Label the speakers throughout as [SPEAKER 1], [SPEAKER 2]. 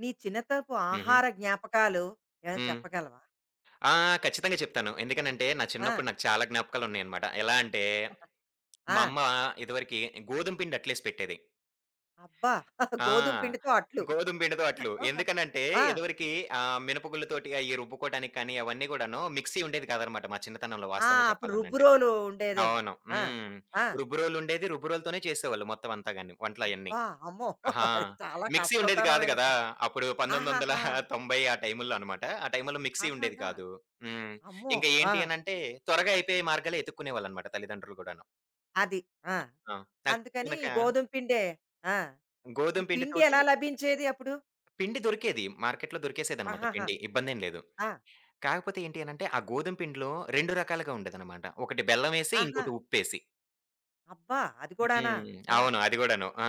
[SPEAKER 1] నీ చిన్నతరపు
[SPEAKER 2] హుహు.
[SPEAKER 1] ఆహార జ్ఞాపకాలు ఏమైనా
[SPEAKER 2] హ్మ్.
[SPEAKER 1] చెప్పగలవా?
[SPEAKER 2] ఆ! ఖచ్చితంగా చెప్తాను. ఎందుకనంటే, నా
[SPEAKER 1] ఆ!
[SPEAKER 2] చిన్నప్పుడు నాకు చాలా జ్ఞాపకాలున్నాయనమాట. ఎలా అంటే,
[SPEAKER 1] ఆ!
[SPEAKER 2] మా అమ్మ ఇదివరకి గోధుమ పిండి అట్లేసి పెట్టేది.
[SPEAKER 1] అబ్బా!
[SPEAKER 2] ఆ!
[SPEAKER 1] గోధుమ పిండితో అట్లు.
[SPEAKER 2] గోధుమ పిండితో అట్లు. ఎందుకనంటే,
[SPEAKER 1] ఆ!
[SPEAKER 2] ఇదివరకి మినపగుళ్ళతోటి అయి రుబ్బుకోవడానికి కానీ, అవన్నీ గూడాను మిక్సీ ఉండేది కాదనమాట మా చిన్నతనంలో
[SPEAKER 1] ఆ!
[SPEAKER 2] వాస్తవంగా
[SPEAKER 1] అప్పుడు
[SPEAKER 2] చెప్పాలనంటే.
[SPEAKER 1] రుబ్బురోలు ఉండేదేమో.
[SPEAKER 2] అవును.
[SPEAKER 1] ఆ!
[SPEAKER 2] హ్మ్.
[SPEAKER 1] ఆ!
[SPEAKER 2] రుబ్బురోలుండేది. రుబ్బురోలుతోనే చేసేవాళ్ళు మొత్తం అంతా గాని వంటలయన్నీ.
[SPEAKER 1] అబ్బా! అమ్మో!
[SPEAKER 2] ఆహా!
[SPEAKER 1] అది చాలా
[SPEAKER 2] మిక్సీ ఉండేది కాదు
[SPEAKER 1] కష్టతరమైన
[SPEAKER 2] గదా!
[SPEAKER 1] పని.
[SPEAKER 2] అప్పుడు
[SPEAKER 1] ఆహాహా!
[SPEAKER 2] 1990 ఆ టైముల్లో అనమాట. ఆ టైముల్లో మిక్సీ ఉండేది
[SPEAKER 1] ఆహాహా!
[SPEAKER 2] కాదు. హ్మ్.
[SPEAKER 1] అమ్మో!
[SPEAKER 2] ఇంకా
[SPEAKER 1] ఆ!
[SPEAKER 2] ఏంటి అనంటే త్వరగా అయిపోయే మార్గాలే ఎతుక్కునేవాళ్ళనమాట తల్లిదండ్రులు గూడాను.
[SPEAKER 1] అది. ఆ!
[SPEAKER 2] ఆ! నాకు తెలిసి
[SPEAKER 1] అందుకని
[SPEAKER 2] గనక
[SPEAKER 1] ఈ గోధుమ పిండే. ఆ! ఈ
[SPEAKER 2] గోధుమ
[SPEAKER 1] పిండి
[SPEAKER 2] పిండితోటి
[SPEAKER 1] ఎలా లభించేది అప్పుడు?
[SPEAKER 2] పిండి దొరికేది. మార్కెట్‌లో దొరికేసేదనమాట
[SPEAKER 1] ఆహాహా!
[SPEAKER 2] పిండి. ఇబ్బందేం లేదు.
[SPEAKER 1] ఆ!
[SPEAKER 2] కాకపోతే ఏంటి అనంటే ఆ గోధుమ పిండిలో 2 రకాలుగా ఉండేదనమాట. ఒకటి బెల్లమేసి,
[SPEAKER 1] ఆహా!
[SPEAKER 2] ఇంకోటి ఉప్పేసి.
[SPEAKER 1] అబ్బా! అది కూడానా?
[SPEAKER 2] హ్మ్.
[SPEAKER 1] ఆ!
[SPEAKER 2] అవును. అది గూడాను. ఆ!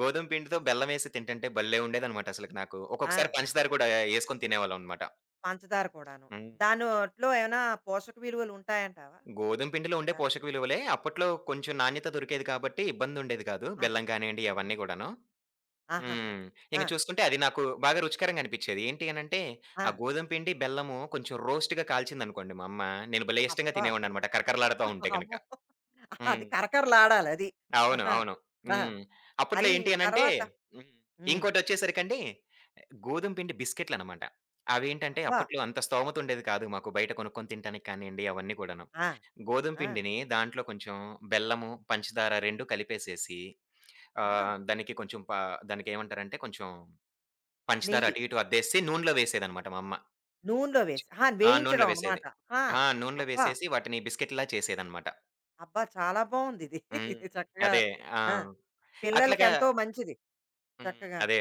[SPEAKER 2] గోధుమ పిండితో బెల్లమేసి తింటంటే భలే ఉండేదనమాట అసలకి నాకు.
[SPEAKER 1] ఆ!
[SPEAKER 2] ఒక్కొక్కసారి పంచదార కూడా యేసుకొని తినేవాళ్ళమనమాట.
[SPEAKER 1] పంచదార కూడాను.
[SPEAKER 2] హ్మ్.
[SPEAKER 1] దానిలో ఏమైనా పోషక విలువలు ఉంటాయంటావా?
[SPEAKER 2] గోధుమ పిండిలో ఉండే
[SPEAKER 1] దా
[SPEAKER 2] పోషక విలువలే అప్పట్లో కొంచెం నాణ్యత దొరికేది కాబట్టి ఇబ్బందుండేది కాదు.
[SPEAKER 1] అది.
[SPEAKER 2] బెల్లం కానియండి
[SPEAKER 1] ఆహా.
[SPEAKER 2] అవన్నీ గూడాను.
[SPEAKER 1] ఆహాహా!
[SPEAKER 2] హ్మ్.
[SPEAKER 1] ఆ!
[SPEAKER 2] ఇంక చూసుకుంటే అది నాకు బాగా రుచికరంగా అనిపిచ్చేది. ఏంటి అనంటే,
[SPEAKER 1] ఆ!
[SPEAKER 2] ఆ గోధుమ పిండి, బెల్లము కొంచెం రోస్ట్‌గా కాల్చిందనుకోండి మా అమ్మ, నేను భలే ఇష్టంగా
[SPEAKER 1] అబ్బా!
[SPEAKER 2] తినేవాడిననమాట కరకరలాడుతా ఉంటే గనక.
[SPEAKER 1] అమ్మో!
[SPEAKER 2] హ్మ్.
[SPEAKER 1] అది కరకరలాడాలది.
[SPEAKER 2] అవును.
[SPEAKER 1] ఆహా!
[SPEAKER 2] అవును.
[SPEAKER 1] ఆ!
[SPEAKER 2] హ్మ్. అప్పట్లో
[SPEAKER 1] అది
[SPEAKER 2] ఏంటి అనంటే
[SPEAKER 1] తర్వాత
[SPEAKER 2] హ్మ్.
[SPEAKER 1] హ్మ్.
[SPEAKER 2] ఇంకోటొచ్చేసరికండి గోధుమ పిండి బిస్కెట్‌లనమాట. అవేంటంటే
[SPEAKER 1] అబ్బా!
[SPEAKER 2] అప్పట్లో అంత స్తోమత ఉండేది కాదు మాకు బయట కొనుక్కొని తినటానికి కానియండి అవన్నీ కూడాను.
[SPEAKER 1] ఆ!
[SPEAKER 2] గోధుమ
[SPEAKER 1] ఆ!
[SPEAKER 2] పిండిని దాంట్లో కొంచెం బెల్లము, పంచదార 2 కలిపేసేసి
[SPEAKER 1] ఆహా!
[SPEAKER 2] దానికి కొంచెం దానికేమంటారంటే కొంచెం పంచదార
[SPEAKER 1] నెయ్యి.
[SPEAKER 2] అటు ఇటు అద్దేసి నూనెలో వేసేదనమాట మా అమ్మ.
[SPEAKER 1] నూనెలో వేసి. ఆహా!
[SPEAKER 2] ఆ! నూనెలో
[SPEAKER 1] వేయించడం
[SPEAKER 2] వేసేది.
[SPEAKER 1] అన్నమాట. ఆ!
[SPEAKER 2] ఆ! నూనెలో
[SPEAKER 1] అబ్బా!
[SPEAKER 2] వేసేసి వాటిని బిస్కెట్‌లా చేసేదనమాట.
[SPEAKER 1] అబ్బా! చాలా బావుందిది.
[SPEAKER 2] హ్మ్.
[SPEAKER 1] చక్కగా
[SPEAKER 2] అదే. ఆ!
[SPEAKER 1] ఆ!
[SPEAKER 2] అట్లాగా
[SPEAKER 1] పిల్లలకెంతో మంచిది.
[SPEAKER 2] హ్మ్.
[SPEAKER 1] చక్కగాను.
[SPEAKER 2] అదే.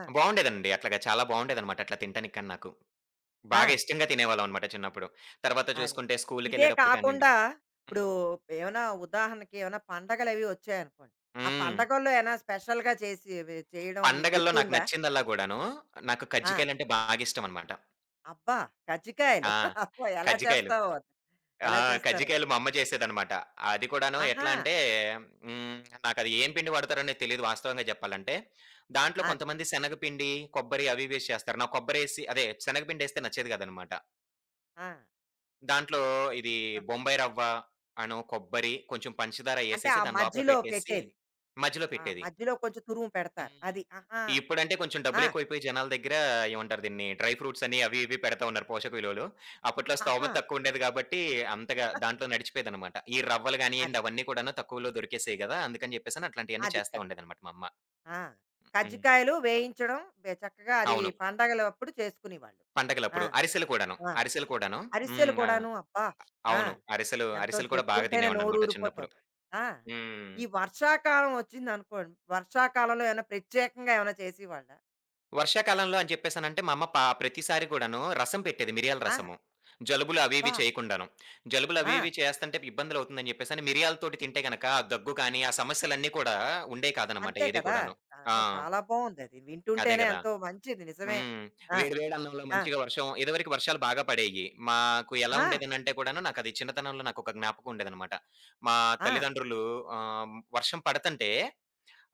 [SPEAKER 1] ఆ!
[SPEAKER 2] బావుండేదండి. అట్లాగా చాలా బావుండేదనమాట. అట్లా తినటానికి కానీ నాకు. బాగా
[SPEAKER 1] ఆ!
[SPEAKER 2] ఇష్టంగా తినేవాళ్ళం అనమాట చిన్నప్పుడు. తర్వాత
[SPEAKER 1] అది.
[SPEAKER 2] చూసుకుంటే
[SPEAKER 1] ఇదే
[SPEAKER 2] స్కూలుకెళ్ళేటప్పుడు కానియండి
[SPEAKER 1] కాకుండా ఇప్పుడు
[SPEAKER 2] హ్మ్.
[SPEAKER 1] ఏమైనా ఉదాహరణకి ఏమైనా పండగలవి వచ్చాయనుకోండి. ఆ
[SPEAKER 2] హ్మ్.
[SPEAKER 1] పండగల్లో ఏమైనా స్పెషల్‌గా చేసి వి చేయడం మీకు
[SPEAKER 2] పండగల్లో నాకు
[SPEAKER 1] గుర్తుందా?
[SPEAKER 2] నచ్చిందల్లా గూడాను, నాకు
[SPEAKER 1] ఆ!
[SPEAKER 2] కజ్జికాయలంటే బాగిష్టం అనమాట.
[SPEAKER 1] అబ్బా! కజ్జికాయలు.
[SPEAKER 2] ఆ!
[SPEAKER 1] అబ్బో! ఎలా
[SPEAKER 2] కజ్జికాయలు.
[SPEAKER 1] చేస్తావో? అది.
[SPEAKER 2] ఆ!
[SPEAKER 1] ఎలా చేస్తారు?
[SPEAKER 2] కజ్జికాయలు మా అమ్మ చేసేదనమాట. అది కూడాను
[SPEAKER 1] ఆహా!
[SPEAKER 2] ఎట్లా అంటే హ్మ్. నాకది ఏం పిండి వాడతారనేది తెలీదు వాస్తవంగా జెప్పాలంటే. దాంట్లో
[SPEAKER 1] అది.
[SPEAKER 2] కొంతమంది శనగపిండి, కొబ్బరి అవి ఇవి ఏసి చేస్తారు. నాకు కొబ్బరేసి అదే శనగపిండేస్తే నచ్చేది గాదనమాట.
[SPEAKER 1] ఆ!
[SPEAKER 2] దాంట్లో ఇది
[SPEAKER 1] ఆ!
[SPEAKER 2] బొంబాయి రవ్వ, అను కొబ్బరి, కొంచెం పంచదార
[SPEAKER 1] అంటే ఆ
[SPEAKER 2] యేసేసి దాని లోపల
[SPEAKER 1] మధ్యలో
[SPEAKER 2] పెట్టేసి
[SPEAKER 1] పెట్టేది.
[SPEAKER 2] మధ్యలో
[SPEAKER 1] ఆ!
[SPEAKER 2] పెట్టేది.
[SPEAKER 1] మధ్యలో కొంచెం తురుము పెడతారు.
[SPEAKER 2] హ్మ్.
[SPEAKER 1] అది. ఆహా!
[SPEAKER 2] ఇప్పుడంటే కొంచెం
[SPEAKER 1] ఆ!
[SPEAKER 2] డబ్బులెక్కువైపోయి జనాల దగ్గర ఏమంటారు దీన్ని? డ్రై ఫ్రూట్స్ అని అవి ఇవి పెడతా ఉన్నారు పోషక విలువలు. అప్పట్లో
[SPEAKER 1] ఆహా!
[SPEAKER 2] స్తోమత తక్కువుండేది గాబట్టి అంతగా దాంట్లో నడిచిపోయేదనమాట. ఈ రవ్వలు
[SPEAKER 1] అది.
[SPEAKER 2] గానియండి అవన్నీ కూడాను తక్కువలో దొరికేసేయి గదా! అందుకని జెప్పేసని అట్లాంటియన్నీ
[SPEAKER 1] అది
[SPEAKER 2] చేస్తా
[SPEAKER 1] కరెక్ట్.
[SPEAKER 2] ఉండేదనమాట మా అమ్మ.
[SPEAKER 1] ఆ!
[SPEAKER 2] హ్మ్.
[SPEAKER 1] కజ్జికాయలు వేయించడం బె చక్కగా అది
[SPEAKER 2] అవును.
[SPEAKER 1] పండగలప్పుడు చేసుకునేవాళ్ళు. ఆ!
[SPEAKER 2] పండగలప్పుడు. అరిసెలు కూడాను.
[SPEAKER 1] ఆ!
[SPEAKER 2] అరిసెలు కూడాను.
[SPEAKER 1] అరిసెలు
[SPEAKER 2] హ్మ్. ఆ!
[SPEAKER 1] కూడాను అబ్బా! ఆ!
[SPEAKER 2] అవును. అరిసెలు,
[SPEAKER 1] ఎంతో
[SPEAKER 2] అరిసెలు కూడా బాగా
[SPEAKER 1] చెప్తుంటేనే
[SPEAKER 2] తినేవాడిననమాట చిన్నప్పుడు.
[SPEAKER 1] నోరూరిపోతోంది. ఆ!
[SPEAKER 2] హ్మ్.
[SPEAKER 1] ఈ వర్షాకాలం వచ్చిందనుకోండి, వర్షాకాలంలో ఏమైనా ప్రత్యేకంగా ఏమైనా చేసేవాళ్ళా?
[SPEAKER 2] వర్షాకాలంలో అని చెప్పేసనంటే, మా అమ్మ ప్రతిసారి గూడాను రసం పెట్టేది. మిరియాల
[SPEAKER 1] ఆ!
[SPEAKER 2] రసము. జలుబులు అవి ఇవి
[SPEAKER 1] అబ్బా!
[SPEAKER 2] చేయకుండాను. జలుబులు అవి
[SPEAKER 1] ఆ!
[SPEAKER 2] ఇవి చేస్తంటే ఇబ్బందులవుతుందని చెప్పేసని మిరియాలతోటి తింటే గనక ఆ దగ్గు కానీ, ఆ సమస్యలన్నీ కూడా ఉండేయి కాదనమాట
[SPEAKER 1] అంతే
[SPEAKER 2] ఏది
[SPEAKER 1] కదా!
[SPEAKER 2] కూడాను. ఆ!
[SPEAKER 1] అమ్మో! చాలా బావుందది.
[SPEAKER 2] అదే
[SPEAKER 1] వింటుంటేనే
[SPEAKER 2] గదా!
[SPEAKER 1] ఎంతో మంచిది నిజమే.
[SPEAKER 2] హ్మ్.
[SPEAKER 1] ఆ!
[SPEAKER 2] వేడి వేడి అన్నంలో
[SPEAKER 1] ఆ!
[SPEAKER 2] మంచిగా వర్షం ఇదివరకు వర్షాలు బాగా పడేయి. మాకు ఎలా
[SPEAKER 1] ఆ!
[SPEAKER 2] ఉండేదనంటే కూడాను నాకది చిన్నతనంలో నాకొక జ్ఞాపకం ఉండేదనమాట. మా
[SPEAKER 1] ఆ!
[SPEAKER 2] తల్లిదండ్రులు వర్షం పడతంటే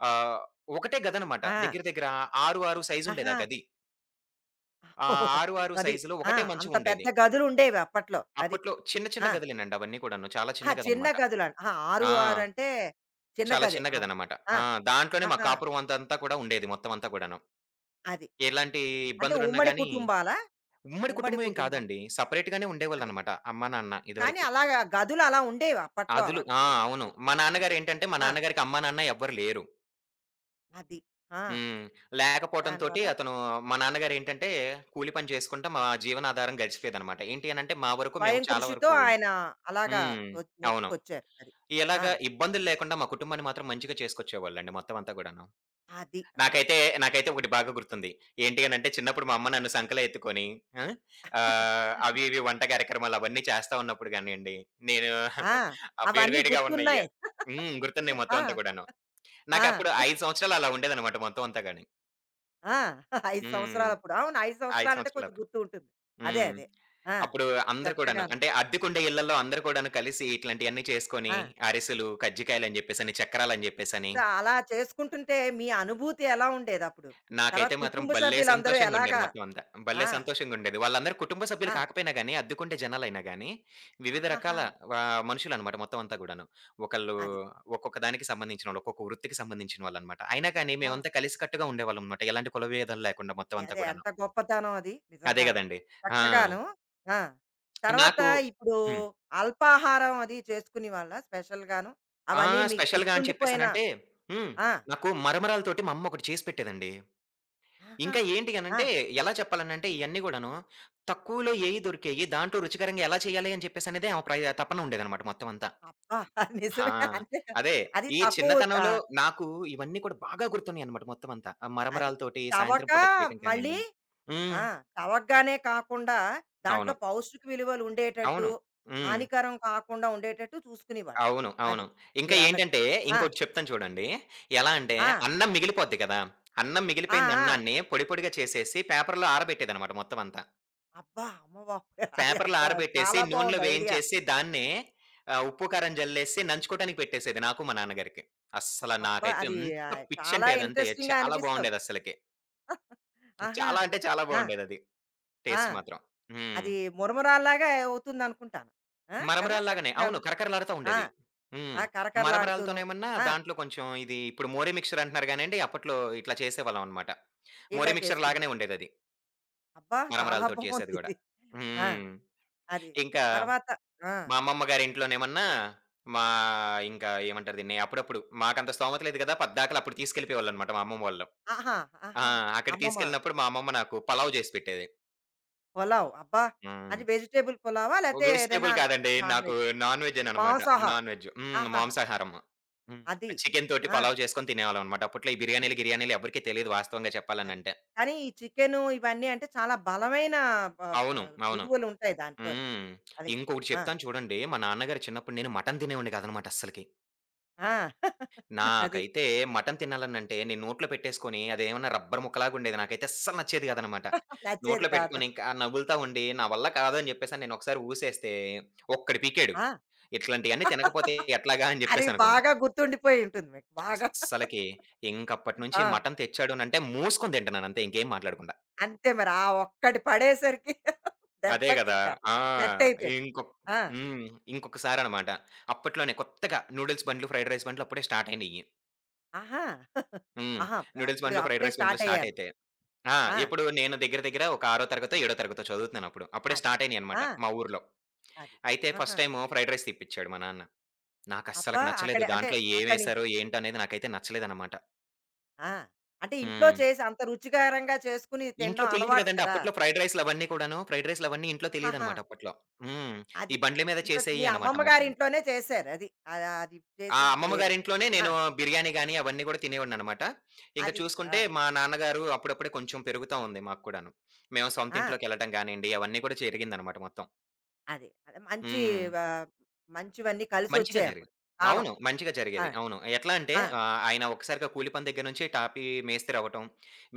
[SPEAKER 2] ఆహ్, ఒకటే గదనమాట.
[SPEAKER 1] ఆ!
[SPEAKER 2] దగ్గర దగ్గర 6, 6 సైజుండేది ఆ
[SPEAKER 1] ఆహా!
[SPEAKER 2] గది. ఆ!
[SPEAKER 1] ఓహ్!
[SPEAKER 2] 6, 6
[SPEAKER 1] అది.
[SPEAKER 2] సైజులో
[SPEAKER 1] ఆ!
[SPEAKER 2] ఒకటే
[SPEAKER 1] అంత పెద్ద
[SPEAKER 2] మంచముండేది.
[SPEAKER 1] గదులుండేవి అప్పట్లో. అది.
[SPEAKER 2] అప్పట్లో చిన్న చిన్న
[SPEAKER 1] ఆ!
[SPEAKER 2] గదులేనండి అవన్నీ కూడాను. చాలా
[SPEAKER 1] ఆ!
[SPEAKER 2] చిన్న
[SPEAKER 1] చిన్న
[SPEAKER 2] గదనమాట.
[SPEAKER 1] గదులు. ఆ! 6,
[SPEAKER 2] ఆ!
[SPEAKER 1] 6 అంటే చిన్న
[SPEAKER 2] చాలా
[SPEAKER 1] గదే.
[SPEAKER 2] చిన్న
[SPEAKER 1] అవును.
[SPEAKER 2] గదనమాట.
[SPEAKER 1] ఆ!
[SPEAKER 2] ఆ! దాంట్లోనే మా
[SPEAKER 1] ఆహా!
[SPEAKER 2] కాపురం అంతంతా కూడా ఉండేది మొత్తం అంతా కూడాను.
[SPEAKER 1] అది. అంది.
[SPEAKER 2] ఎలాంటి
[SPEAKER 1] అంటే
[SPEAKER 2] ఇబ్బందులున్నా
[SPEAKER 1] ఉమ్మడి
[SPEAKER 2] గాని
[SPEAKER 1] కుటుంబాలా?
[SPEAKER 2] ఉమ్మడి
[SPEAKER 1] ఉమ్మడి
[SPEAKER 2] కుటుంబం ఏం
[SPEAKER 1] కుటుంబం.
[SPEAKER 2] కాదండి. సెపరేట్‌గానే
[SPEAKER 1] అదే.
[SPEAKER 2] ఉండేవాళ్ళనమాట. అమ్మా, నాన్న
[SPEAKER 1] కానీ
[SPEAKER 2] ఇదివరకి.
[SPEAKER 1] అలాగా గదులు అలా ఉండేవి. అప్పట్లో
[SPEAKER 2] అదులు ఆ!
[SPEAKER 1] అలాగుండేవి.
[SPEAKER 2] అవును.
[SPEAKER 1] అది.
[SPEAKER 2] మా నాన్నగారేంటంటే మా
[SPEAKER 1] ఆ!
[SPEAKER 2] నాన్నగారికి అమ్మా, నాన్న ఎవ్వరు లేరు.
[SPEAKER 1] అది. ఆ!
[SPEAKER 2] హ్మ్. లేకపోవటంతోటి
[SPEAKER 1] దానివల్ల
[SPEAKER 2] అతను మా నాన్నగారేంటంటే కూలి పని చేసుకుంటా
[SPEAKER 1] ఆ!
[SPEAKER 2] మా జీవనాధారం గడిచిపోయేదనమాట. ఏంటి అనంటే మా
[SPEAKER 1] అది.
[SPEAKER 2] వరకు మేము
[SPEAKER 1] స్వయం
[SPEAKER 2] చాలా
[SPEAKER 1] కృషితో
[SPEAKER 2] వరకు
[SPEAKER 1] ఆయన అలాగా
[SPEAKER 2] హ్మ్.
[SPEAKER 1] ఒ
[SPEAKER 2] అవును.
[SPEAKER 1] నెట్టుకొచ్చారు. అది. ఆ!
[SPEAKER 2] ఎలాగా ఇబ్బందులు లేకుండా మా కుటుంబాన్ని మాత్రం మంచిగా చేసుకొచ్చేవాళ్ళండి మొత్తం అంతా కూడాను.
[SPEAKER 1] అది. ఆ!
[SPEAKER 2] నాకైతే, నాకైతే ఒకటి
[SPEAKER 1] హ్మ్.
[SPEAKER 2] బాగా గుర్తుంది. ఏంటి అనంటే చిన్నప్పుడు మా అమ్మ నన్ను సంకలో ఎత్తుకొని ఆ! అవి ఇవి వంట కార్యక్రమాలు అవన్నీ చేస్తా ఉన్నప్పుడు గానియండి, నేను
[SPEAKER 1] ఆ!
[SPEAKER 2] ఆ వేడి
[SPEAKER 1] అవన్నీ
[SPEAKER 2] వేడిగా ఉన్నయి.
[SPEAKER 1] గుర్తున్నాయి.
[SPEAKER 2] హ్మ్. గుర్తున్నాయి మొత్తం
[SPEAKER 1] ఆ!
[SPEAKER 2] అంతా కూడాను.
[SPEAKER 1] ఆ!
[SPEAKER 2] నాకప్పుడు 5 సంవత్సరాలు అలా ఉండేదనమాట మొత్తం అంతా గాని.
[SPEAKER 1] ఆ! 5
[SPEAKER 2] హ్మ్.
[SPEAKER 1] సంవత్సరాలప్పుడు. అవును. 5
[SPEAKER 2] 5
[SPEAKER 1] సంవత్సరాలంటే
[SPEAKER 2] సంవత్సరాలు
[SPEAKER 1] కొంచెం
[SPEAKER 2] అప్పుడు.
[SPEAKER 1] గుర్తుంటుంది. అదే.
[SPEAKER 2] హ్మ్.
[SPEAKER 1] అదే. ఆ!
[SPEAKER 2] అప్పుడు అందరూ కూడాను
[SPEAKER 1] చక్కగాను.
[SPEAKER 2] అంటే అద్దెకుండే ఇళ్లలో అందరూ కూడాను కలిసి ఇట్లాంటియన్నీ చేసుకొని
[SPEAKER 1] ఆ!
[SPEAKER 2] అరిసెలు, కజ్జికాయలని చెప్పేసని, చక్కరాలని చెప్పేసని
[SPEAKER 1] ఇప్పుడు అలా చేసుకుంటుంటే మీ అనుభూతి ఎలా ఉండేదప్పుడు? తర్వాత
[SPEAKER 2] నాకైతే మాత్రం
[SPEAKER 1] కుటుంబ
[SPEAKER 2] భలే
[SPEAKER 1] సభ్యులందరూ
[SPEAKER 2] సంతోషంగుండేది
[SPEAKER 1] ఎలాగా
[SPEAKER 2] మొత్తం అంతా. భలే
[SPEAKER 1] ఆ!
[SPEAKER 2] సంతోషంగుండేది. వాళ్ళందరూ కుటుంబ సభ్యులు
[SPEAKER 1] ఆ!
[SPEAKER 2] కాకపోయినా గాని, అద్దెకుండే జనాలైనా గాని, వివిధ
[SPEAKER 1] ఆహాహా!
[SPEAKER 2] రకాల మనుషులనమాట మొత్తం అంతా గూడాను. ఒకళ్ళు
[SPEAKER 1] అది.
[SPEAKER 2] ఒక్కొక్క దానికి సంబంధించినోళ్ళు, ఒక్కొక్క వృత్తికి సంబంధించిన వాళ్ళనమాట. అయినా కానీ
[SPEAKER 1] అబ్బా!
[SPEAKER 2] మేమంతా కలిసికట్టుగా ఉండేవాళ్ళమనమాట. ఎలాంటి కులభేదాలు లేకుండా మొత్తం అంతా
[SPEAKER 1] అదే
[SPEAKER 2] గూడాను.
[SPEAKER 1] ఎంత గొప్పతనం అది
[SPEAKER 2] అదే
[SPEAKER 1] నిజంగాను.
[SPEAKER 2] గదండీ! ఆ!
[SPEAKER 1] చక్కగాను. ఆ! తర్వాత
[SPEAKER 2] నాకు
[SPEAKER 1] ఇప్పుడు
[SPEAKER 2] హ్మ్.
[SPEAKER 1] అల్పాహారం అది చేసుకునేవాళ్ళా స్పెషల్‌గాను?
[SPEAKER 2] ఆ!
[SPEAKER 1] అవన్నీ మీకు
[SPEAKER 2] స్పెషల్‌గా అని
[SPEAKER 1] గుర్తుండిపోయిన
[SPEAKER 2] చెప్పేసనంటే హ్మ్.
[SPEAKER 1] ఆ!
[SPEAKER 2] నాకు మరమరాలతోటి మా అమ్మ ఒకటి చేసి పెట్టేదండి.
[SPEAKER 1] ఆహా!
[SPEAKER 2] ఇంకా ఏంటి
[SPEAKER 1] ఆ!
[SPEAKER 2] అనంటే, ఎలా చెప్పాలనంటే ఇయన్నీ గూడాను, తక్కువలో ఏయి దొరికేయి దాంట్లో రుచికరంగా ఎలా చేయాలి అని చెప్పేసనేదే ఆమె తపన ఉండేదనమాట మొత్తం అంతా.
[SPEAKER 1] అబ్బా!
[SPEAKER 2] ఆ!
[SPEAKER 1] నిజమే. అంతే కదా!
[SPEAKER 2] అదే.
[SPEAKER 1] అది
[SPEAKER 2] ఈ
[SPEAKER 1] తక్కువ
[SPEAKER 2] చిన్నతనంలో
[SPEAKER 1] ఆహ్,
[SPEAKER 2] నాకు ఇవన్నీ కూడా బాగా గుర్తున్నాయనమాట మొత్తం అంతా. ఆ
[SPEAKER 1] అది.
[SPEAKER 2] మరమరాలతోటి సాయంత్రం
[SPEAKER 1] చవక
[SPEAKER 2] పూట చేయటం
[SPEAKER 1] మళ్ళీ
[SPEAKER 2] కానియండి.
[SPEAKER 1] ఆ!
[SPEAKER 2] హ్మ్.
[SPEAKER 1] చవకగానే కాకుండా దాంట్లో
[SPEAKER 2] అవును.
[SPEAKER 1] పౌష్టిక విలువలు ఉండేటట్టు,
[SPEAKER 2] అవును. హ్మ్.
[SPEAKER 1] హానికరం కాకుండా ఉండేటట్టు చూసుకునేవాళ్ళు.
[SPEAKER 2] అవును.
[SPEAKER 1] అది
[SPEAKER 2] అవును. ఇంకా
[SPEAKER 1] మీరన్నది.
[SPEAKER 2] ఏంటంటే,
[SPEAKER 1] ఆ!
[SPEAKER 2] ఇంకోటి చెప్తాను చూడండి. ఎలా అంటే,
[SPEAKER 1] ఆ!
[SPEAKER 2] అన్నం మిగిలిపోద్ది కదా! అన్నం
[SPEAKER 1] ఆ! ఆ!
[SPEAKER 2] మిగిలిపోయిందన్నాన్ని పొడి పొడిగా చేసేసి పేపర్‌లో ఆరబెట్టేదనమాట మొత్తం అంతా.
[SPEAKER 1] అబ్బా! అమ్మ బాబోయ్! అది
[SPEAKER 2] పేపర్‌లో
[SPEAKER 1] అంత
[SPEAKER 2] ఆరబెట్టేసి,
[SPEAKER 1] చాలా
[SPEAKER 2] నూనెలో
[SPEAKER 1] బావుంది ఐడియా.
[SPEAKER 2] వేయించేసి, దాన్నే ఉప్పు, కారం జల్లేసి నంచుకోటానికి పెట్టేసేది నాకు, మా నాన్నగారికి. అస్సల
[SPEAKER 1] అబ్బా!
[SPEAKER 2] నాకైతే
[SPEAKER 1] అది
[SPEAKER 2] ఎంత
[SPEAKER 1] ఆహ్, చాలా
[SPEAKER 2] పిచ్చంటే అదంతే.
[SPEAKER 1] ఇంట్రెస్టింగ్‌గా
[SPEAKER 2] చాలా
[SPEAKER 1] అనిపిస్తుంది.
[SPEAKER 2] బావుండేదస్సలకి.
[SPEAKER 1] ఆహా!
[SPEAKER 2] చాలా అంటే చాలా
[SPEAKER 1] ఆ!
[SPEAKER 2] బావుండేదది.
[SPEAKER 1] ఆ!
[SPEAKER 2] టేస్ట్ మాత్రం. హ్మ్.
[SPEAKER 1] అది మురమురాల్లాగా అవుతుందనుకుంటాను. ఆ! కదా!
[SPEAKER 2] మరమరాల్లాగానే
[SPEAKER 1] చక్కగాను.
[SPEAKER 2] అవును. కరకరలాడుతా
[SPEAKER 1] ఆ!
[SPEAKER 2] ఉండేది.
[SPEAKER 1] ఆ!
[SPEAKER 2] హ్మ్.
[SPEAKER 1] కరకరలాడుతూను.
[SPEAKER 2] మరమరాలతోనేమన్నా
[SPEAKER 1] ఆ!
[SPEAKER 2] దాంట్లో కొంచెం ఇది ఇప్పుడు మోరీ మిక్స్చర్ అంటున్నారు గానండి, అప్పట్లో ఇట్లా చేసేవాళ్ళం అనమాట. మోరీ
[SPEAKER 1] ఇలా
[SPEAKER 2] మిక్స్చర్ లాగానే
[SPEAKER 1] చేసుకునేవారు.
[SPEAKER 2] ఉండేదది.
[SPEAKER 1] అబ్బా! చాలా
[SPEAKER 2] మరమరాలతోటి చేసేది గూడా.
[SPEAKER 1] బావుందిది. ఆ!
[SPEAKER 2] హ్మ్.
[SPEAKER 1] అది.
[SPEAKER 2] ఇంకా
[SPEAKER 1] తర్వాత ఆ!
[SPEAKER 2] మా అమ్మమ్మ గారి ఇంట్లోనేమన్నా మా ఇంకా ఏమంటారు దీన్ని? అప్పుడప్పుడు మాకంత స్తోమత లేదు కదా! పద్దాకలు అప్పుడు తీసుకెళ్ళిపోయేవాళ్ళనమాట మా అమ్మమ్మ వాళ్ళు.
[SPEAKER 1] ఆహా!
[SPEAKER 2] ఆ!
[SPEAKER 1] ఆహా!
[SPEAKER 2] అక్కడికి
[SPEAKER 1] అమ్మమ్మ
[SPEAKER 2] తీసుకెళ్ళినప్పుడు మా అమ్మమ్మ నాకు పలావ్ చేసి పెట్టేది.
[SPEAKER 1] పులావ్. అబ్బా!
[SPEAKER 2] హ్మ్.
[SPEAKER 1] అది వెజిటబుల్ పులావా? లేతే ఏదైనా
[SPEAKER 2] వెజిటబుల్ కాదండి.
[SPEAKER 1] నాన్
[SPEAKER 2] నాకు
[SPEAKER 1] వెజ్
[SPEAKER 2] నాన్ వెజ్జేననమాట.
[SPEAKER 1] మాంసాహారం.
[SPEAKER 2] Non veg. హ్మ్.
[SPEAKER 1] ఆహాహా!
[SPEAKER 2] మాంసాహారము. హ్మ్.
[SPEAKER 1] అది.
[SPEAKER 2] చికెన్‌తోటి
[SPEAKER 1] ఆ!
[SPEAKER 2] పలావ్ చేసుకొని తినేవాళ్ళమనమాట. అప్పట్లో ఈ బిర్యానీలు,
[SPEAKER 1] అది.
[SPEAKER 2] గిర్యానీలు ఎవరికీ తెలీదు వాస్తవంగా
[SPEAKER 1] అది.
[SPEAKER 2] చెప్పాలనంటే.
[SPEAKER 1] కానీ ఈ చికెను ఇవన్నీ అంటే చాలా బలమైన ప ప
[SPEAKER 2] అవును. అవును.
[SPEAKER 1] విలువలుంటాయి దాంట్లోని.
[SPEAKER 2] హ్మ్.
[SPEAKER 1] అది.
[SPEAKER 2] ఇంకొకటి
[SPEAKER 1] ఆ!
[SPEAKER 2] చెప్తాను చూడండి. మా నాన్నగారు చిన్నప్పుడు నేను మటన్ తినేవాడిని కాదనమాట అస్సలకి.
[SPEAKER 1] ఆ! అది.
[SPEAKER 2] నాకైతే మటన్ తినాలనంటే నేను నోట్లో పెట్టేసుకొని అదేమన్నా రబ్బర్ ముక్కలాగా ఉండేది. నాకైతే అస్సలు నచ్చేది కాదనమాట.
[SPEAKER 1] నచ్చేది
[SPEAKER 2] నోట్లో
[SPEAKER 1] కాదు.
[SPEAKER 2] పెట్టుకొని ఇంకా నములుతా ఉండి నా వల్ల కాదు అని చెప్పేసని నేను ఒకసారి ఊసేస్తే ఒక్కడు పీకాడు.
[SPEAKER 1] ఆ!
[SPEAKER 2] "ఇట్లాంటియన్నీ తినకపోతే ఎట్లాగా" అని
[SPEAKER 1] అది
[SPEAKER 2] చెప్పేసనుకుంటా.
[SPEAKER 1] బాగా గుర్తుండిపోయి ఉంటుంది మీకు. బాగా.
[SPEAKER 2] అస్సలకి ఇంకప్పటి నుంచి
[SPEAKER 1] ఆ!
[SPEAKER 2] మటన్ తెచ్చాడనంటే మూసుకొని తింటున్నాను అంతే ఇంకేం మాట్లాడకుండా.
[SPEAKER 1] అంతే మరి. ఆ ఒక్కటి పడేసరికి
[SPEAKER 2] అదే గదా!
[SPEAKER 1] దెబ్బకింకా
[SPEAKER 2] ఆ!
[SPEAKER 1] సెట్టయిపోయాడు.
[SPEAKER 2] ఇంకొక్
[SPEAKER 1] ఆ!
[SPEAKER 2] హ్మ్. ఇంకొకసారనమాట. అప్పట్లోనే కొత్తగా నూడిల్స్ బండ్లు, ఫ్రైడ్ రైస్ బండ్లు అప్పుడే స్టార్ట్ అయినయి.
[SPEAKER 1] ఆహా!
[SPEAKER 2] హ్మ్.
[SPEAKER 1] ఆహా!
[SPEAKER 2] నూడిల్స్
[SPEAKER 1] అప్పుడు
[SPEAKER 2] బండ్లు, ఫ్రైడ్
[SPEAKER 1] అప్పుడే
[SPEAKER 2] రైస్ బండ్లు
[SPEAKER 1] స్టార్ట్
[SPEAKER 2] స్టార్ట్
[SPEAKER 1] అయ్యారు.
[SPEAKER 2] అయితే ఆ!
[SPEAKER 1] ఆ!
[SPEAKER 2] ఎప్పుడు నేను దగ్గర దగ్గర ఒక ఆరో తరగతో, ఏడో తరగతో చదువుతున్నానప్పుడు. అప్పుడే
[SPEAKER 1] అది.
[SPEAKER 2] స్టార్ట్ అయినాయన్నమాట
[SPEAKER 1] ఆ!
[SPEAKER 2] మా ఊర్లో.
[SPEAKER 1] అది.
[SPEAKER 2] అయితే
[SPEAKER 1] ఆహా!
[SPEAKER 2] ఫస్ట్ టైము ఫ్రైడ్ రైస్ తెప్పిచ్చాడు మా నాన్న.
[SPEAKER 1] అబ్బా!
[SPEAKER 2] నాకస్సలకి నచ్చలేదు.
[SPEAKER 1] అక్కడే అంటే
[SPEAKER 2] దాంట్లో
[SPEAKER 1] అక్కడి నుంచి.
[SPEAKER 2] ఏమేసారో ఏంటనేది నాకైతే నచ్చలేదన్నమాట.
[SPEAKER 1] ఆ! అంటే ఇంట్లో
[SPEAKER 2] హ్మ్.
[SPEAKER 1] చేసి అంత రుచికరంగా చేసుకొని
[SPEAKER 2] ఇంట్లో
[SPEAKER 1] తినడం
[SPEAKER 2] తెలీదు
[SPEAKER 1] అలవాటు
[SPEAKER 2] గదండీ!
[SPEAKER 1] కదా!
[SPEAKER 2] అప్పట్లో ఫ్రైడ్ రైస్‌లవన్నీ కూడాను. ఫ్రైడ్ రైస్‌లవన్నీ ఇంట్లో
[SPEAKER 1] ఆహాహా!
[SPEAKER 2] తెలీదన్నమాట అప్పట్లో. హ్మ్.
[SPEAKER 1] అది.
[SPEAKER 2] ఈ బండ్ల మీద
[SPEAKER 1] ఇంట్లో
[SPEAKER 2] చేసేయి
[SPEAKER 1] మీ
[SPEAKER 2] అన్నమాట
[SPEAKER 1] అమ్మమ్మ గారి
[SPEAKER 2] మొత్తం.
[SPEAKER 1] ఇంట్లోనే చేశారు. అది. ఆహ్, అది
[SPEAKER 2] ఆ!
[SPEAKER 1] చేసింది
[SPEAKER 2] అమ్మమ్మ
[SPEAKER 1] వేరు.
[SPEAKER 2] గారింట్లోనే
[SPEAKER 1] ఆ!
[SPEAKER 2] నేను బిర్యానీ గాని, అవన్నీ గూడా తినేవాడినన్నమాట. ఇంక
[SPEAKER 1] అది. ఆ!
[SPEAKER 2] చూసుకుంటే మా నాన్నగారు అప్పుడప్పుడే కొంచెం పెరుగుతా ఉంది మాకు కూడాను. మేము సొంత
[SPEAKER 1] ఆ!
[SPEAKER 2] ఇంట్లోకెళ్ళటం గానియండి, అవన్నీ కూడా జరిగిందన్నమాట మొత్తం.
[SPEAKER 1] అది. అదే మంచి
[SPEAKER 2] హ్మ్.
[SPEAKER 1] ఆహ్, మంచివన్నీ
[SPEAKER 2] మంచిగా
[SPEAKER 1] కలిసొచ్చాయి అప్పుడు.
[SPEAKER 2] జరిగింది.
[SPEAKER 1] కాలం.
[SPEAKER 2] అవును. మంచిగా
[SPEAKER 1] ఆ!
[SPEAKER 2] జరిగేది. అవును. ఎట్లా అంటే
[SPEAKER 1] ఆ!
[SPEAKER 2] ఆయన ఒక్కసారిగా కూలి పని దగ్గర నుంచి టాపీ మేస్త్రి అవ్వటం.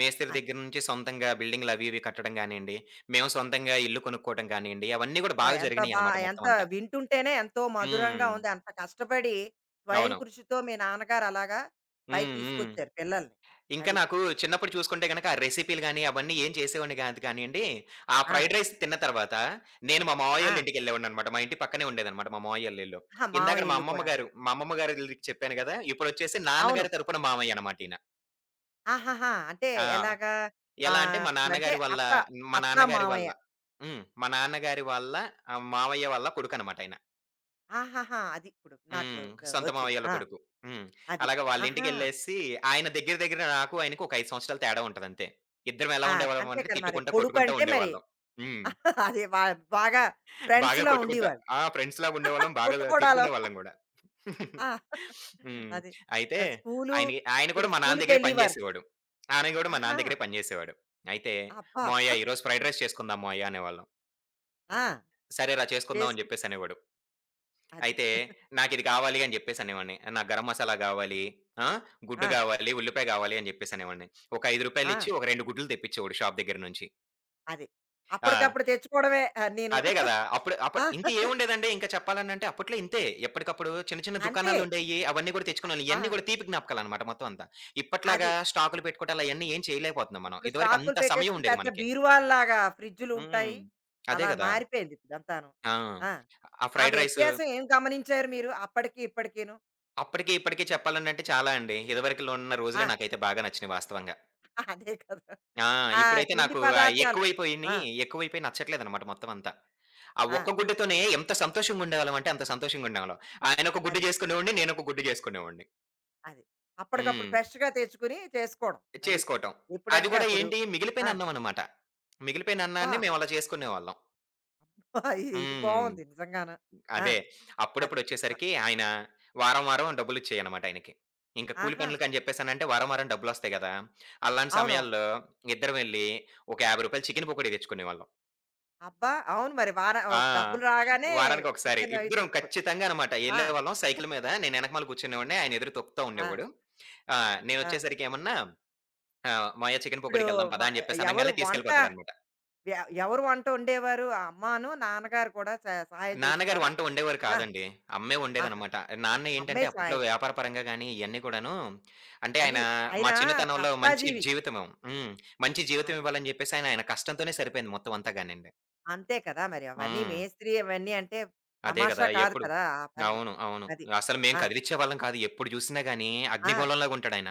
[SPEAKER 2] మేస్త్రి
[SPEAKER 1] అది.
[SPEAKER 2] దగ్గర నుంచి సొంతంగా బిల్డింగ్‌లు అవి ఇవి కట్టడం గానియండి, మేము
[SPEAKER 1] అది.
[SPEAKER 2] సొంతంగా ఇల్లు కొనుక్కోవడం గానియండి, అవన్నీ గూడా
[SPEAKER 1] అబ్బా!
[SPEAKER 2] బాగా
[SPEAKER 1] ఎంత బా
[SPEAKER 2] జరిగినియనమాట
[SPEAKER 1] ఎంత
[SPEAKER 2] మొత్తం అంతా.
[SPEAKER 1] వింటుంటేనే ఎంతో మధురంగా
[SPEAKER 2] హ్మ్.
[SPEAKER 1] ఉంది. అంత కష్టపడి స్వయం
[SPEAKER 2] అవును.
[SPEAKER 1] కృషితో మీ నాన్నగారు అలాగా పైకి
[SPEAKER 2] హ్మ్. హ్మ్.
[SPEAKER 1] తీసుకొచ్చారు పిల్లల్ని.
[SPEAKER 2] ఇంకా
[SPEAKER 1] అది.
[SPEAKER 2] నాకు చిన్నప్పుడు చూసుకుంటే గనక, ఆ రెసిపీలు గాని, అవన్నీ ఏం చేసేవాడిని కాదు కానియండి. ఆ
[SPEAKER 1] ఆ!
[SPEAKER 2] ఫ్రైడ్ రైస్ తిన్న తర్వాత, నేను మా
[SPEAKER 1] ఆ!
[SPEAKER 2] మావయ్యోళ్ళ ఇంటికెళ్ళేవాడిననమాట. మా ఇంటి పక్కనే ఉండేదనమాట మా మావయ్యోళ్ళ ఇల్లు.
[SPEAKER 1] ఆహా!
[SPEAKER 2] ఇందాకడ
[SPEAKER 1] మామయ్య
[SPEAKER 2] మా
[SPEAKER 1] ఇల్లు
[SPEAKER 2] అమ్మమ్మ
[SPEAKER 1] కూడాను.
[SPEAKER 2] గారు, మా అమ్మమ్మ గారి ఇల్లు చెప్పాను గదా! ఇప్పుడొచ్చేసి
[SPEAKER 1] అవును.
[SPEAKER 2] నాన్నగారి తరపున మామయ్య అనమాట ఈయన.
[SPEAKER 1] ఆహాహా! అంటే
[SPEAKER 2] ఆ!
[SPEAKER 1] ఎలాగా?
[SPEAKER 2] ఎలా అంటే
[SPEAKER 1] ఆహ్,
[SPEAKER 2] మా
[SPEAKER 1] అంటే
[SPEAKER 2] నాన్నగారి వాళ్ళ
[SPEAKER 1] అత్త,
[SPEAKER 2] మా
[SPEAKER 1] అత్త
[SPEAKER 2] నాన్నగారి
[SPEAKER 1] మామయ్య.
[SPEAKER 2] వాళ్ళ హ్మ్. మా నాన్నగారి వాళ్ళ మావయ్య వాళ్ళ కొడుకనమాట ఆయన.
[SPEAKER 1] ఆహాహా! అది ఇప్పుడు నాకు
[SPEAKER 2] హ్మ్.
[SPEAKER 1] గ
[SPEAKER 2] సొంత
[SPEAKER 1] వచ్చింది.
[SPEAKER 2] మావయ్యోళ్ళ
[SPEAKER 1] ఆ!
[SPEAKER 2] కొడుకు. హ్మ్.
[SPEAKER 1] అది.
[SPEAKER 2] అలాగా
[SPEAKER 1] ఆహా!
[SPEAKER 2] వాళ్ళింటికెళ్ళేసి ఆయన దగ్గర దగ్గర నాకు ఆయనకి ఒక 5 సంవత్సరాల తేడా ఉంటదంతే. ఇద్దరం ఎలా
[SPEAKER 1] ఆ! అది
[SPEAKER 2] ఉండేవాళ్ళం
[SPEAKER 1] అంతే
[SPEAKER 2] అంటే
[SPEAKER 1] కదా! మరి
[SPEAKER 2] తిట్టుకుంటా, కొట్టుకుంటా
[SPEAKER 1] కొడుకంటే మరి
[SPEAKER 2] ఉండేవాళ్ళం. హ్మ్.
[SPEAKER 1] అది బా బాగా
[SPEAKER 2] బాగా
[SPEAKER 1] ఫ్రెండ్స్‌లా
[SPEAKER 2] కొట్టుకుంటా
[SPEAKER 1] ఉండేవాళ్ళు.
[SPEAKER 2] ఆ! ఫ్రెండ్స్‌లాగా ఉండేవాళ్ళం. బాగా
[SPEAKER 1] పుట్టగొడాలో
[SPEAKER 2] తిట్టుకునేవాళ్ళం గూడా.
[SPEAKER 1] ఆ!
[SPEAKER 2] హ్మ్.
[SPEAKER 1] అది.
[SPEAKER 2] అయితే
[SPEAKER 1] ఆ స్కూలు
[SPEAKER 2] ఆయన ఆయన
[SPEAKER 1] ఇప్పుడు
[SPEAKER 2] కూడా మా నాన్న దగ్గరే పని
[SPEAKER 1] స్కూలుకెళ్ళేవారు.
[SPEAKER 2] జేసేవాడు. ఆయన గూడా మా
[SPEAKER 1] ఆహా!
[SPEAKER 2] నాన్న దగ్గరే పని జేసేవాడు. అయితే
[SPEAKER 1] అబ్బా!
[SPEAKER 2] "మావయ్య ఈరోజు ఫ్రైడ్ రైస్ చేసుకుందాం మావయ్య" అనేవాళ్ళం.
[SPEAKER 1] ఆ!
[SPEAKER 2] "సరేరా చేసుకుందాం" అని
[SPEAKER 1] చేసుకు
[SPEAKER 2] జెప్పేసనేవాడు.
[SPEAKER 1] అది.
[SPEAKER 2] అయితే నాకిది కావాలి అని జెప్పేసనేవాడిని. నాకు గరం మసాలా గావాలి, ఆ! గుడ్డు
[SPEAKER 1] ఆ!
[SPEAKER 2] గావాలి, ఉల్లిపాయ గావాలి అని జెప్పేసనేవాడిని. ఒక రూ. 5
[SPEAKER 1] ఆ!
[SPEAKER 2] ఇచ్చి ఒక 2 గుడ్లు తెప్పించేవాడు షాప్ దగ్గర నుంచి.
[SPEAKER 1] అది.
[SPEAKER 2] ఆ!
[SPEAKER 1] అప్పటికప్పుడు తెచ్చుకోవడమే ఆహ్, నేను.
[SPEAKER 2] అదే గదా! అప్పుడు
[SPEAKER 1] ఆ!
[SPEAKER 2] అప్పుడు ఇంకేముండేదండి ఇంక చెప్పాలనంటే అప్పట్లో ఇంతే. ఎప్పటికప్పుడు చిన్న చిన్న
[SPEAKER 1] అంతే.
[SPEAKER 2] దుకాణాలుండేయి. అవన్నీ గూడా తెచ్చుకునేవాళ్ళం. ఇయన్నీ
[SPEAKER 1] ఆ!
[SPEAKER 2] గూడా తీపి జ్ఞాపకాలనమాట మొత్తం అంతా. ఇప్పట్లాగా
[SPEAKER 1] అది.
[SPEAKER 2] స్టాకులు పెట్టుకోవడం అలా ఇయన్నీ ఏం చేయలేకపోతున్నాం మనం.
[SPEAKER 1] ఇప్పుడు
[SPEAKER 2] ఇదివరకు
[SPEAKER 1] స్టాకులు
[SPEAKER 2] అంత సమయం
[SPEAKER 1] పెట్టేసుకుని
[SPEAKER 2] ఉండేది
[SPEAKER 1] పెద్ద
[SPEAKER 2] మనకి.
[SPEAKER 1] బీరువాల్లాగా
[SPEAKER 2] హ్మ్.
[SPEAKER 1] ఫ్రిడ్జులుంటాయి.
[SPEAKER 2] అదే
[SPEAKER 1] అలా
[SPEAKER 2] గదా!
[SPEAKER 1] మారిపోయింది ఇప్పుడంతాను.
[SPEAKER 2] ఆ!
[SPEAKER 1] ఆ!
[SPEAKER 2] ఆ
[SPEAKER 1] ఆ
[SPEAKER 2] ఫ్రైడ్ రైసు
[SPEAKER 1] వ్యత్యాసం ఏం గమనించారు మీరు అప్పటికి ఇప్పటికీను?
[SPEAKER 2] అప్పటికి, ఇప్పటికి
[SPEAKER 1] అది.
[SPEAKER 2] చెప్పాలనంటే చాలా అండి. ఇదివరకులో ఉన్న
[SPEAKER 1] ఆ!
[SPEAKER 2] రోజులే నాకైతే బాగా నచ్చినయి వాస్తవంగా.
[SPEAKER 1] అదే కదా!
[SPEAKER 2] ఆ!
[SPEAKER 1] ఆ
[SPEAKER 2] ఇప్పుడైతే
[SPEAKER 1] తిండి
[SPEAKER 2] నాకు
[SPEAKER 1] పదార్థాలు. ఆ!
[SPEAKER 2] ఎక్కువైపోయినియి, ఎక్కువైపోయి నచ్చట్లేదనమాట మొత్తం అంతా. ఆ
[SPEAKER 1] ఆ!
[SPEAKER 2] ఒక్క గుడ్డుతోనే ఎంత సంతోషంగుండేవాళ్ళమంటే అంత సంతోషంగుండేవాళ్ళం. ఆయన ఒక గుడ్డు
[SPEAKER 1] అది.
[SPEAKER 2] చేసుకునేవాడిని, నేను ఒక గుడ్డు చేసుకునేవాడిని.
[SPEAKER 1] అది. అప్పటికప్పుడు
[SPEAKER 2] హ్మ్.
[SPEAKER 1] ఫ్రెష్‌గా తెచ్చుకొని చేసుకోవడం. అది.
[SPEAKER 2] చేసుకోవటం. అది
[SPEAKER 1] ఎప్పుడంటే
[SPEAKER 2] కూడా
[SPEAKER 1] అప్పుడు.
[SPEAKER 2] ఏంటి
[SPEAKER 1] ఆ!
[SPEAKER 2] మిగిలిపోయిన అన్నం అనమాట. మిగిలిపోయిన
[SPEAKER 1] అబ్బా!
[SPEAKER 2] అన్నాన్ని మేమలా చేసుకునేవాళ్ళం.
[SPEAKER 1] ఇది ఇది
[SPEAKER 2] హ్మ్.
[SPEAKER 1] బావుంది నిజంగాను. ఆ!
[SPEAKER 2] అదే.
[SPEAKER 1] అదే. అ
[SPEAKER 2] అప్పుడప్పుడొచ్చేసరికి ఆయన వారం, వారం డబ్బులిచ్చేయనమాట ఆయనకి. ఇంక కూలి
[SPEAKER 1] ఆహా!
[SPEAKER 2] పనులకని జెప్పేసనంటే వారం, వారం డబ్బులొస్తాయి గదా! అలాంటి
[SPEAKER 1] అవునవును.
[SPEAKER 2] సమయాల్లో ఇద్దరం వెళ్లి ఒక రూ. 50 చికెను పకోడీ తెచ్చుకునేవాళ్ళం.
[SPEAKER 1] అబ్బా! అవును మరి వార
[SPEAKER 2] ఆ!
[SPEAKER 1] ఓహ్, డబ్బులు రాగానే
[SPEAKER 2] వారానికొకసారి.
[SPEAKER 1] చికెన్ అవి
[SPEAKER 2] ఇద్దరం
[SPEAKER 1] తెచ్చుకోవచ్చు.
[SPEAKER 2] ఖచ్చితంగా అనమాట
[SPEAKER 1] ఆ!
[SPEAKER 2] ఎళ్ళేవాళ్ళం సైకిల్ మీద. నేను ఎనకమాల కూర్చునేవాడిని. ఆయన ఎదురు తొక్కుతా
[SPEAKER 1] ఆ!
[SPEAKER 2] ఉండేవాడు. ఆ!
[SPEAKER 1] ఆ!
[SPEAKER 2] నేనొచ్చేసరికి ఏమన్నా "మావయ్య చికెను
[SPEAKER 1] ఇప్పుడు
[SPEAKER 2] పకోడీకెళ్దాం
[SPEAKER 1] మ
[SPEAKER 2] పదా" అని జెప్పేసి
[SPEAKER 1] ఎవరు
[SPEAKER 2] అనంగాల్నే
[SPEAKER 1] వంట
[SPEAKER 2] తీసుకెళ్ళిపోతాడనమాట.
[SPEAKER 1] ఎ ఎవరు వంట వండేవారు? ఆ అమ్మాను, నాన్నగారు కూడా స సహాయం
[SPEAKER 2] నాన్నగారు
[SPEAKER 1] చేసేవారా?
[SPEAKER 2] వంట వండేవారు
[SPEAKER 1] ఆ!
[SPEAKER 2] కాదండి. అమ్మే
[SPEAKER 1] ఆహా!
[SPEAKER 2] వండేదనమాట. నాన్న
[SPEAKER 1] అమ్మే
[SPEAKER 2] ఏంటంటే అప్పట్లో
[SPEAKER 1] సహాయం
[SPEAKER 2] వ్యాపార
[SPEAKER 1] చేసి.
[SPEAKER 2] పరంగా గాని ఇయన్నీ కూడాను అంటే
[SPEAKER 1] పోనీ
[SPEAKER 2] ఆయన
[SPEAKER 1] ఆయన
[SPEAKER 2] మా చిన్నతనంలో మంచి
[SPEAKER 1] కష్టాజీవి.
[SPEAKER 2] జీవితము. హ్మ్. మంచి జీవితం
[SPEAKER 1] అది.
[SPEAKER 2] ఇవ్వాలని జెప్పేసి ఆయన, ఆయన కష్టంతోనే సరిపోయింది మొత్తం అంతా గానండి.
[SPEAKER 1] అంతే కదా! మరి అవన్నీ
[SPEAKER 2] హ్మ్.
[SPEAKER 1] మేస్త్రి అవన్నీ అంటే
[SPEAKER 2] అదే
[SPEAKER 1] తమాషా
[SPEAKER 2] గదా!
[SPEAKER 1] కాదు
[SPEAKER 2] ఎప్పుడు
[SPEAKER 1] కదా! ఆ పనులు.
[SPEAKER 2] అవును. అవును.
[SPEAKER 1] అది.
[SPEAKER 2] అసలు మేము
[SPEAKER 1] ఆ!
[SPEAKER 2] కదిలిచ్చేవాళ్ళం కాదు. ఎప్పుడు జూసినా గాని
[SPEAKER 1] ఆ!
[SPEAKER 2] అగ్నిగోళంలాగుంటాడాయన.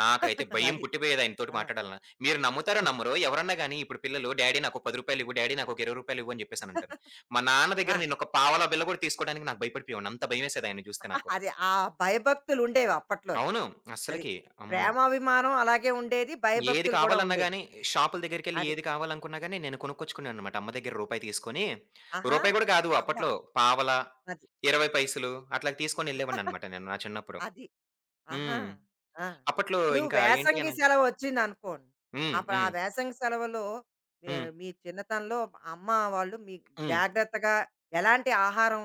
[SPEAKER 2] నాకైతే భయం
[SPEAKER 1] అది.
[SPEAKER 2] పుట్టిపోయేది ఆయనతోటి
[SPEAKER 1] ఆ!
[SPEAKER 2] మాట్లాడాలన్నా. మీరు నమ్ముతారో నమ్మరో ఎవరన్నా గాని ఇప్పుడు పిల్లలు డాడీ నాకొక రూ. 10 ఇవ్వు, డాడీ నాకొక రూ. 20 అని చెప్పేసనంటారు. మా నాన్న
[SPEAKER 1] ఆ!
[SPEAKER 2] దగ్గర నేనొక పావలా బిళ్ళ గూడా తీసుకోడానికి నాకు భయపడిపోయేవాడిని. అంత భయమేసేది ఆయన్ని చూస్తే నాకు.
[SPEAKER 1] అది ఆ భయభక్తులుండేవి అప్పట్లోని.
[SPEAKER 2] అవును.
[SPEAKER 1] అది.
[SPEAKER 2] అస్సలకి. అమ్మో!
[SPEAKER 1] ప్రేమాభిమానం అలాగే ఉండేది.
[SPEAKER 2] ఏది
[SPEAKER 1] భయభక్తులు కూడా
[SPEAKER 2] కావాలన్నా
[SPEAKER 1] ఉండేవి.
[SPEAKER 2] గాని షాపుల దగ్గరికెళ్లి
[SPEAKER 1] అది.
[SPEAKER 2] ఏది కావాలనుకున్నా గాని నేను కొనుక్కొచ్చుకునేవాడినన్నమాట. అమ్మ దగ్గర రూపాయి తీసుకొని
[SPEAKER 1] ఆహా!
[SPEAKER 2] రూపాయి గూడా కాదు
[SPEAKER 1] అమ్మ!
[SPEAKER 2] అప్పట్లో పావలా,
[SPEAKER 1] అది.
[SPEAKER 2] 20 పైసలు అట్లా తీసుకొని ఎళ్ళేవాడినన్నమాట నేను నా చిన్నప్పుడు.
[SPEAKER 1] అది. ఆహా!
[SPEAKER 2] హ్మ్.
[SPEAKER 1] ఆ!
[SPEAKER 2] అప్పట్లో
[SPEAKER 1] ఇప్పుడు
[SPEAKER 2] ఇంకా ఏంటి
[SPEAKER 1] వేసంగి
[SPEAKER 2] అనంటే
[SPEAKER 1] సెలవొచ్చిందనుకోండి.
[SPEAKER 2] హ్మ్.
[SPEAKER 1] అప్పుడు ఆ
[SPEAKER 2] హ్మ్.
[SPEAKER 1] వేసంగి సెలవులో
[SPEAKER 2] హ్మ్.
[SPEAKER 1] ఆహ్, మీ చిన్నతనంలో అమ్మ వాళ్ళు మీకు
[SPEAKER 2] హ్మ్.
[SPEAKER 1] జాగ్రత్తగా ఎలాంటి ఆహారం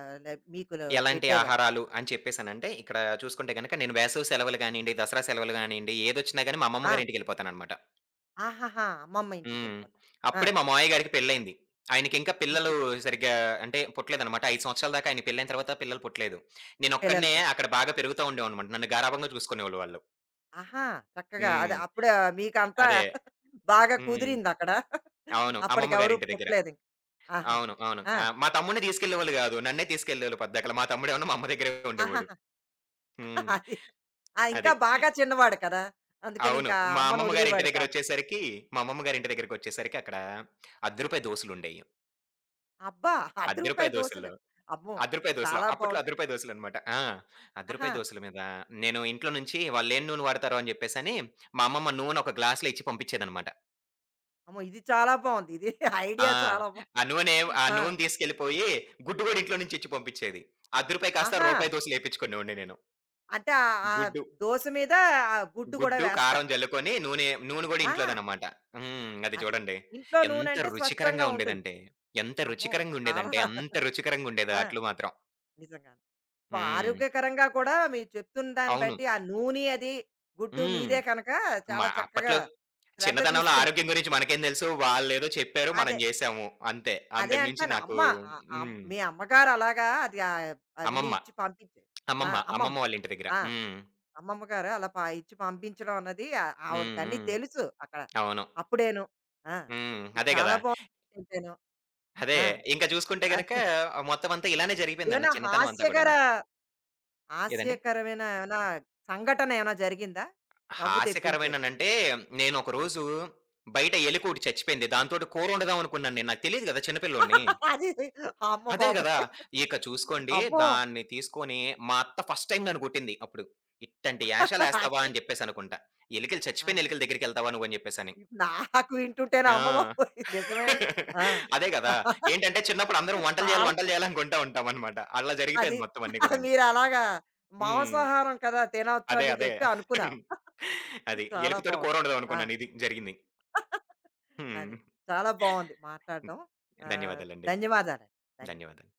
[SPEAKER 1] ఆహ్, లే మీకు ల
[SPEAKER 2] ఎలాంటి
[SPEAKER 1] పెట్టేవారు?
[SPEAKER 2] ఆహారాలు అని చెప్పేసనంటే, ఇక్కడ చూసుకుంటే గనక నేను వేసవి సెలవులు గానియండి, దసరా సెలవులు గానియండి, ఏదొచ్చినా గాని మా అమ్మమ్మ
[SPEAKER 1] ఆ!
[SPEAKER 2] గారి ఇంటికెళ్ళిపోతాననమాట.
[SPEAKER 1] ఆహాహా! అమ్మమ్మ
[SPEAKER 2] హ్మ్.
[SPEAKER 1] ఇంటికెళ్ళిపోతారు. ఆ!
[SPEAKER 2] అప్పుడే మా మావయ్య గారికి పెళ్లయింది. ఆయనకింకా
[SPEAKER 1] అది.
[SPEAKER 2] పిల్లలు సరిగ్గా అంటే పుట్టలేదనమాట. 5 సంవత్సరాల దాకా ఆయన పెళ్లయిన తర్వాత పిల్లలు పుట్టలేదు.
[SPEAKER 1] పిల్లల
[SPEAKER 2] నేనొక్కడినే
[SPEAKER 1] పూట.
[SPEAKER 2] అక్కడ బాగా పెరుగుతా ఉండేవాడినమాట. నన్ను గారాబంగా చూసుకునేవాళ్ళు వాళ్ళు.
[SPEAKER 1] ఆహా! చక్కగా అది
[SPEAKER 2] హ్మ్.
[SPEAKER 1] అప్పుడే మీకంతా
[SPEAKER 2] అదే.
[SPEAKER 1] బాగా
[SPEAKER 2] హ్మ్.
[SPEAKER 1] కుదిరిందక్కడ.
[SPEAKER 2] అవును. అమ్మమ్మ
[SPEAKER 1] అప్పటికెవరు
[SPEAKER 2] గారింటి దగ్గర.
[SPEAKER 1] పుట్టలేదింక. ఆహాహా!
[SPEAKER 2] అవును. అవును.
[SPEAKER 1] ఆ!
[SPEAKER 2] మా తమ్ముడిని తీసుకెళ్ళేవాళ్ళు గాదు. నన్నే తీసుకెళ్ళేవాళ్ళు పద్దాకల. మా తమ్ముడేమో మా అమ్మ దగ్గరే
[SPEAKER 1] ఆహా!
[SPEAKER 2] ఉండేవాడు. హ్మ్.
[SPEAKER 1] అది. ఆ!
[SPEAKER 2] అది.
[SPEAKER 1] ఇంకా బాగా చిన్నవాడు కదా! అందుకని
[SPEAKER 2] అవును.
[SPEAKER 1] ఇంకా
[SPEAKER 2] మా
[SPEAKER 1] అమ్మను
[SPEAKER 2] అమ్మమ్మ గారి ఇంటి
[SPEAKER 1] వదిలేవాడు కాదు.
[SPEAKER 2] దగ్గరొచ్చేసరికి మా అమ్మమ్మ గారి ఇంటి దగ్గరికొచ్చేసరికి అక్కడ రూ. 10 దోసెలుండేయి. రూ.
[SPEAKER 1] అబ్బా! రూ. 10 రూపాయల
[SPEAKER 2] 10 దోసెల్లో
[SPEAKER 1] దోసలు.
[SPEAKER 2] రూ.
[SPEAKER 1] అమ్మో!
[SPEAKER 2] 10 దోసెలు.
[SPEAKER 1] చాలా
[SPEAKER 2] అప్పట్లో రూ.
[SPEAKER 1] బావుంటాయి.
[SPEAKER 2] 10 దోసెలనమాట. ఆ! రూ.
[SPEAKER 1] ఆహా!
[SPEAKER 2] 10 దోసెల మీద నేను ఇంట్లో నుంచి "వాళ్ళేం నూనె వాడతారో" అని చెప్పేసని మా అమ్మమ్మ నూనె ఒక గ్లాస్‌లో ఇచ్చి పంపించేదనమాట.
[SPEAKER 1] అమ్మో! ఇది చాలా బావుంది. ఇది ఐడియా
[SPEAKER 2] ఆ!
[SPEAKER 1] చాలా బావుంది.
[SPEAKER 2] ఆ నూనె ఆ
[SPEAKER 1] ఆ!
[SPEAKER 2] నూనె తీసుకెళ్ళిపోయి గుడ్డు గూడా ఇంట్లో నుంచి ఇచ్చి పంపించేది. రూ. 10 కాస్త రూ.
[SPEAKER 1] ఆహా!
[SPEAKER 2] 1 దోసెలేపిచ్చుకునేవాడిని నేను.
[SPEAKER 1] అంటే ఆహ్, ఆ
[SPEAKER 2] గుడ్డు
[SPEAKER 1] దోస మీద ఆ గుడ్డు కూడా
[SPEAKER 2] గుడ్డు, కారం
[SPEAKER 1] వేస్తారు.
[SPEAKER 2] జల్లుకొని నూనె నూనె గూడా
[SPEAKER 1] ఆ!
[SPEAKER 2] ఇంట్లోదనమాట. హ్మ్. అది
[SPEAKER 1] అది.
[SPEAKER 2] చూడండి.
[SPEAKER 1] ఇంట్లో
[SPEAKER 2] ఎంత
[SPEAKER 1] నూనంటే స్వచ్ఛంగా
[SPEAKER 2] రుచికరంగా
[SPEAKER 1] ఉంటుంది.
[SPEAKER 2] ఉండేదంటే, ఎంత
[SPEAKER 1] అమ్మో! చాలా
[SPEAKER 2] రుచికరంగుండేదంటే, అంత రుచికరంగుండేది
[SPEAKER 1] ఆ!
[SPEAKER 2] అట్లు మాత్రం.
[SPEAKER 1] నిజంగానే. బా
[SPEAKER 2] హ్మ్.
[SPEAKER 1] ఆరోగ్యకరంగా కూడా మీరు చెప్తున్న దాన్ని
[SPEAKER 2] అవును.
[SPEAKER 1] బట్టి ఆ నూనె అది, గుడ్డు
[SPEAKER 2] హ్మ్.
[SPEAKER 1] మీదే కనుక
[SPEAKER 2] మా
[SPEAKER 1] చాలా చక్కగా
[SPEAKER 2] అప్పట్లో
[SPEAKER 1] శ్రద్ధ
[SPEAKER 2] చిన్నతనంలో
[SPEAKER 1] తీసుకున్నారు.
[SPEAKER 2] ఆరోగ్యం గురించి మనకేం తెలుసు? వాళ్ళేదో చెప్పారు. మనం
[SPEAKER 1] అదే.
[SPEAKER 2] జేసాము. అంతే.
[SPEAKER 1] అదే
[SPEAKER 2] అంతకు మించి
[SPEAKER 1] అంటున్నాను.
[SPEAKER 2] నాకు
[SPEAKER 1] అమ్మ ఆహ్, అమ్
[SPEAKER 2] హ్మ్.
[SPEAKER 1] మీ అమ్మగారు అలాగా అది ఆహ్, అవన్నీ
[SPEAKER 2] అమ్మమ్మ.
[SPEAKER 1] ఇచ్చి పంపించారు. ఆ!
[SPEAKER 2] అమ్మమ్మ. అమ్మమ్మ
[SPEAKER 1] అమ్మమ్మ.
[SPEAKER 2] వాళ్ళింటి దగ్గర.
[SPEAKER 1] ఆ!
[SPEAKER 2] హ్మ్.
[SPEAKER 1] అమ్మమ్మ గారు అలా ప ఇచ్చి పంపించడం అన్నది ఆహ్,
[SPEAKER 2] హ్మ్.
[SPEAKER 1] ఆవిడకన్నీ
[SPEAKER 2] హ్మ్.
[SPEAKER 1] తెలుసు అక్కడ.
[SPEAKER 2] అవును.
[SPEAKER 1] అప్పుడేను. ఆ!
[SPEAKER 2] హ్మ్.
[SPEAKER 1] ఇది
[SPEAKER 2] అదే గదా!
[SPEAKER 1] చాలా బావుంటేను.
[SPEAKER 2] అదే.
[SPEAKER 1] ఆ!
[SPEAKER 2] ఇంక చూసుకుంటే గనక
[SPEAKER 1] ఆహ్,
[SPEAKER 2] మొత్తం అంతా ఇలానే జరిగిపోయిందన్న
[SPEAKER 1] ఏమైనా
[SPEAKER 2] చిన్నతనం అంతా
[SPEAKER 1] హాస్యకర
[SPEAKER 2] గూడాను. ఏదండి?
[SPEAKER 1] హాస్యకరమైన ఏమైనా సంఘటన ఏమైనా జరిగిందా? నవ్వు తెప్పించేది.
[SPEAKER 2] హాస్యకరమేననంటే, నేనొక రోజు బయట ఎలికోటి చచ్చిపోయింది. దాంతోటి కూరొండుదాం అనుకున్నాను నేను. నాకు తెలీదు గదా! చిన్న పిల్లోడిని.
[SPEAKER 1] అది అమ్మ
[SPEAKER 2] అదే గదా!
[SPEAKER 1] బాబోయ్!
[SPEAKER 2] ఇక చూసుకోండి
[SPEAKER 1] అమ్మో!
[SPEAKER 2] దాన్ని తీసుకొని మా అత్త ఫస్ట్ టైమ్ నన్ను గొట్టింది అప్పుడు. "ఇట్టంటి ఏషాలేస్తావా?"
[SPEAKER 1] అదే.
[SPEAKER 2] అని జెప్పేసనుకుంట. ఎలికలు
[SPEAKER 1] ఆ!
[SPEAKER 2] చచ్చిపోయిన ఎలికల దగ్గరికెళ్తావా నువ్వని జెప్పేసని.
[SPEAKER 1] ఇప్పుడు నాకు వింటుంటేనే
[SPEAKER 2] ఆ!
[SPEAKER 1] అమ్మ బాబోయ్! నిజమే. ఆ!
[SPEAKER 2] అదే గదా! ఏంటంటే చిన్నప్పుడు అందరం వంటలు జేయాలి,
[SPEAKER 1] చాలా
[SPEAKER 2] వంటలు జేయాలి అనుకుంటా ఉంటామనమాట. అలా
[SPEAKER 1] అది
[SPEAKER 2] జరిగిపోయింది మొత్తం అన్నీ కూడాను.
[SPEAKER 1] మీరలాగా
[SPEAKER 2] హ్మ్.
[SPEAKER 1] మాంసాహారం కదా తినొచ్చు
[SPEAKER 2] అదే.
[SPEAKER 1] అని
[SPEAKER 2] అదే.
[SPEAKER 1] చెప్పి అనుకున్నారు.
[SPEAKER 2] అది
[SPEAKER 1] చాలా
[SPEAKER 2] ఎలుకతోటి
[SPEAKER 1] బావుంది.
[SPEAKER 2] కూరొండుదాం
[SPEAKER 1] ఆ!
[SPEAKER 2] అనుకున్నాను. ఇది జరిగింది. హ్మ్.
[SPEAKER 1] అదే. చాలా బావుంది
[SPEAKER 2] హ్మ్.
[SPEAKER 1] మాట్లాడడం. ఆహ్,
[SPEAKER 2] ధన్యవాదాలండి.
[SPEAKER 1] ధన్యవాదాలండి. ధన్యవాదాలు.
[SPEAKER 2] ధన్యవాదాలు.